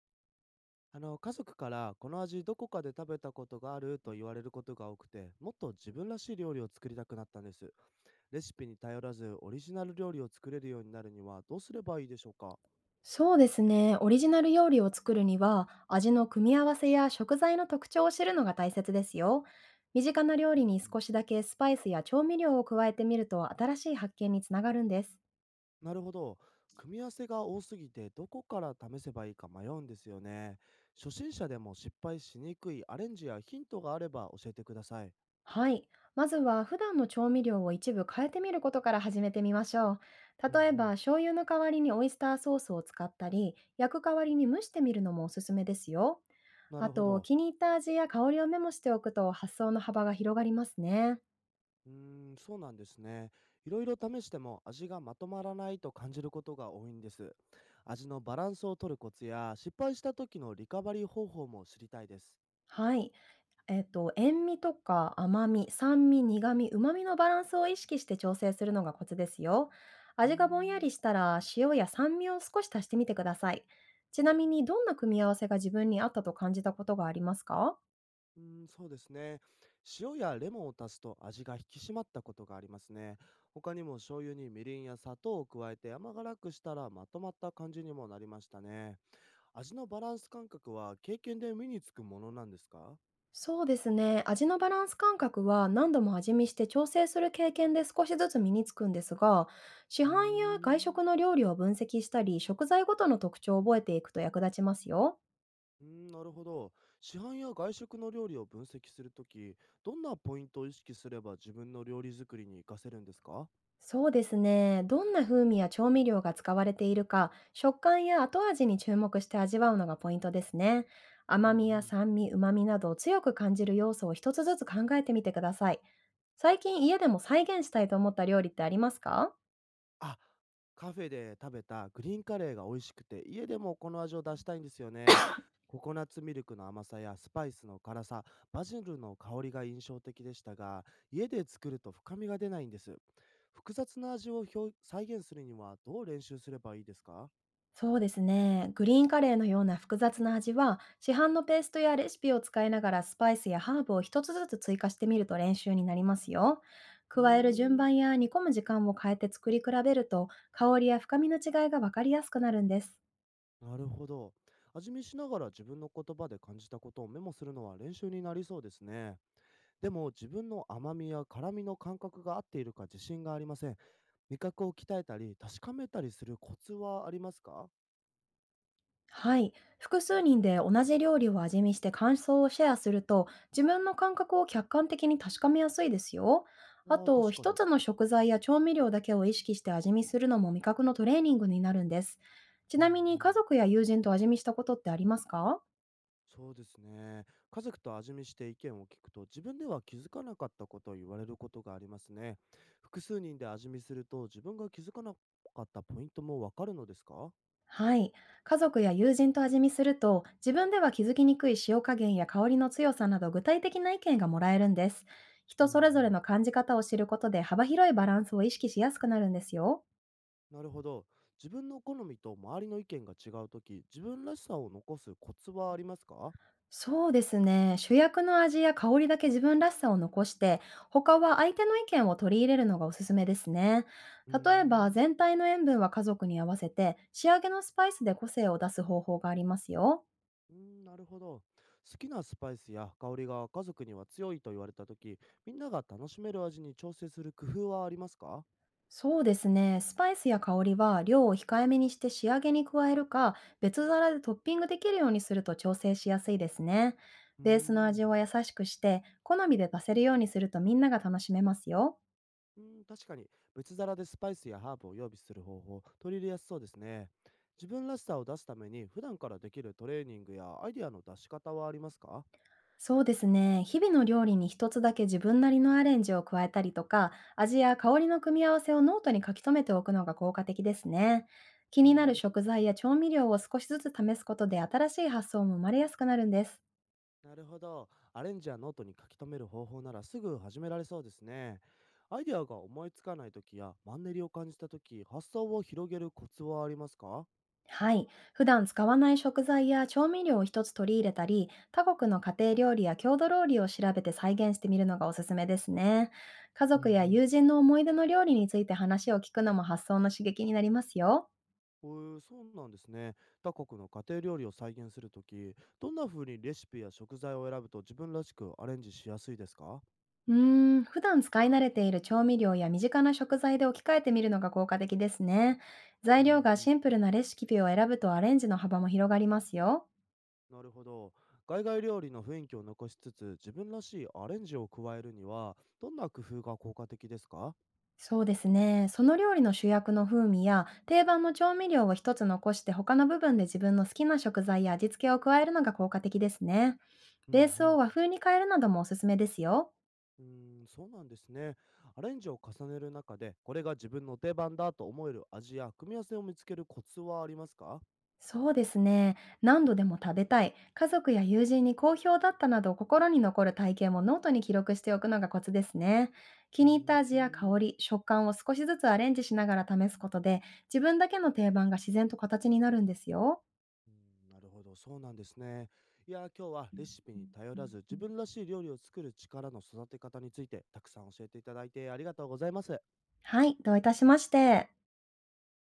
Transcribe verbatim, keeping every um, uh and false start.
あの、家族からこの味どこかで食べたことがあると言われることが多くて、もっと自分らしい料理を作りたくなったんです。レシピに頼らずオリジナル料理を作れるようになるにはどうすればいいでしょうか。そうですね。オリジナル料理を作るには、味の組み合わせや食材の特徴を知るのが大切ですよ。身近な料理にうん、少しだけスパイスや調味料を加えてみると新しい発見につながるんです。なるほど。組み合わせが多すぎてどこから試せばいいか迷うんですよね。初心者でも失敗しにくいアレンジやヒントがあれば教えてください。はい。まずは普段の調味料を一部変えてみることから始めてみましょう。うん例えうばん。醤油の代わりにオイスターソースを使ったり、焼く代わりに蒸してみるのもおすすめですよ。なあるほと、ど。気に入った味や香りをメモしておくと発想の幅が広がりますね。うーん、そうなんですね。いろいろ試しても味がまとまらないと感じることが多いんです。味のバランスを取るコツや失敗した時のリカバリー方法も知りたいです。はい。えっと、塩味とか甘み、酸味、苦味、旨味のバランスを意識して調整するのがコツですよ。うー味がぼんやん、りしたら塩や酸味を少し足してみてください。ちなみにどんな組み合わせが自分に合ったと感じたことがありますか？うーん、そうですね。塩やレモンを足すと味が引き締まったことがありますね。他にも醤油にみりんや砂糖を加えて甘辛くしたらまとまった感じにもなりましたね。味のバランス感覚は経験で身につくものなんですか？そうですね。味のバランス感覚は何度も味見して調整する経験で少しずつ身につくんですが、市販うーや外ん。食の料理を分析したり、食材ごとの特徴を覚えていくと役立ちますよ。うーん、なるほど。市販や外食の料理を分析するとき、どんなポイントを意識すれば自分の料理作りに活かせるんですか？そうですね。どんな風味や調味料が使われているか、食感や後味に注目して味わうのがポイントですね。うん甘うみやん。酸味、旨味などを強く感じる要素を一つずつ考えてみてください。最近家でも再現したいと思った料理ってありますか？あ、カフェで食べたグリーンカレーが美味しくて、家でもこの味を出したいんですよね。ココナッツミルクの甘さやスパイスの辛さ、バジルの香りが印象的でしたが、家で作ると深みが出ないんです。複雑な味を表再現するにはどう練習すればいいですか？そうですね。グリーンカレーのような複雑な味は、市販のペーストやレシピを使いながらスパイスやハーブを一つずつ追加してみると練習になりますよ。うー加える順ん、番や煮込む時間を変えて作り比べると、香りや深みの違いがわかりやすくなるんです。なるほど。味見しながら自分の言葉で感じたことをメモするのは練習になりそうですね。でも自分の甘みや辛みの感覚が合っているか自信がありません。味覚を鍛えたり確かめたりするコツはありますか？はい。複数人で同じ料理を味見して感想をシェアすると、自分の感覚を客観的に確かめやすいですよ。あああ、と、確か一に。つの食材や調味料だけを意識して味見するのも味覚のトレーニングになるんです。ちうんうなみに家ん。族や友人と味見したことってありますか？そうですね。家族と味見して意見を聞くと自分では気づかなかったことを言われることがありますね。複数人で味見すると自分が気づかなかったポイントもわかるのですか？はい。家族や友人と味見すると、自分では気づきにくい塩加減や香りの強さなど具体的な意見がもらえるんです。う人んそれうぞれん。の感じ方を知ることで幅広いバランスを意識しやすくなるんですよ。なるほど。自分の好みと周りの意見が違うとき、自分らしさを残すコツはありますか？そうですね。主役の味や香りだけ自分らしさを残して、他は相手の意見を取り入れるのがおすすめですね。うー例えば、ん。全体の塩分は家族に合わせて、仕上げのスパイスで個性を出す方法がありますよ。うーん、なるほど。好きなスパイスや香りが家族には強いと言われたとき、みんなが楽しめる味に調整する工夫はありますか？そうですね。スパイスや香りは量を控えめにして仕上げに加えるか、別皿でトッピングできるようにすると調整しやすいですね。うベースのーん。味を優しくして、好みで出せるようにするとみんなが楽しめますよ。うーん、確かに、別皿でスパイスやハーブを用意する方法、取り入れやすそうですね。自分らしさを出すために、普段からできるトレーニングやアイデアの出し方はありますか？そうですね。日々の料理に一つだけ自分なりのアレンジを加えたりとか、味や香りの組み合わせをノートに書き留めておくのが効果的ですね。気うーになる食ん、材や調味料を少しずつ試すことで新しい発想も生まれやすくなるんです。なるほど。アレンジやノートに書き留める方法ならすぐ始められそうですね。アイデアが思いつかないときやマンネリを感じたとき、発想を広げるコツはありますか？はい。普段使わない食材や調味料を一つ取り入れたり、他国の家庭料理や郷土料理を調べて再現してみるのがおすすめですね。家うんう族やん。友人の思い出の料理について話を聞くのも発想の刺激になりますよ。えー、そうなんですね。他国の家庭料理を再現するとき、どんな風にレシピや食材を選ぶと自分らしくアレンジしやすいですか？うーん、普段使い慣れている調味料や身近な食材で置き換えてみるのが効果的ですね。う材料んがうん。シンプルなレシピを選ぶとアレンジの幅も広がりますよ。なるほど。海外料理の雰囲気を残しつつ、自分らしいアレンジを加えるには、どんな工夫が効果的ですか？そうですね。その料理の主役の風味や定番の調味料を一つ残して他の部分で自分の好きな食材や味付けを加えるのが効果的ですね。うベースをん。和風に変えるなどもおすすめですよ。うーん、そうなんですね。アレンジを重ねる中で、これが自分の定番だと思える味や組み合わせを見つけるコツはありますか？そうですね。何度でも食べたい、家族や友人に好評だったなど心に残る体験もノートに記録しておくのがコツですね。気うに入っーた味や香ん。り、食感を少しずつアレンジしながら試すことで、自分だけの定番が自然と形になるんですよ。うん、なるほど、そうなんですね。いやー、今日はレシピに頼らず、自分らしい料理を作る力の育て方についてたくさん教えていただいてありがとうございます。はい、どういたしまして。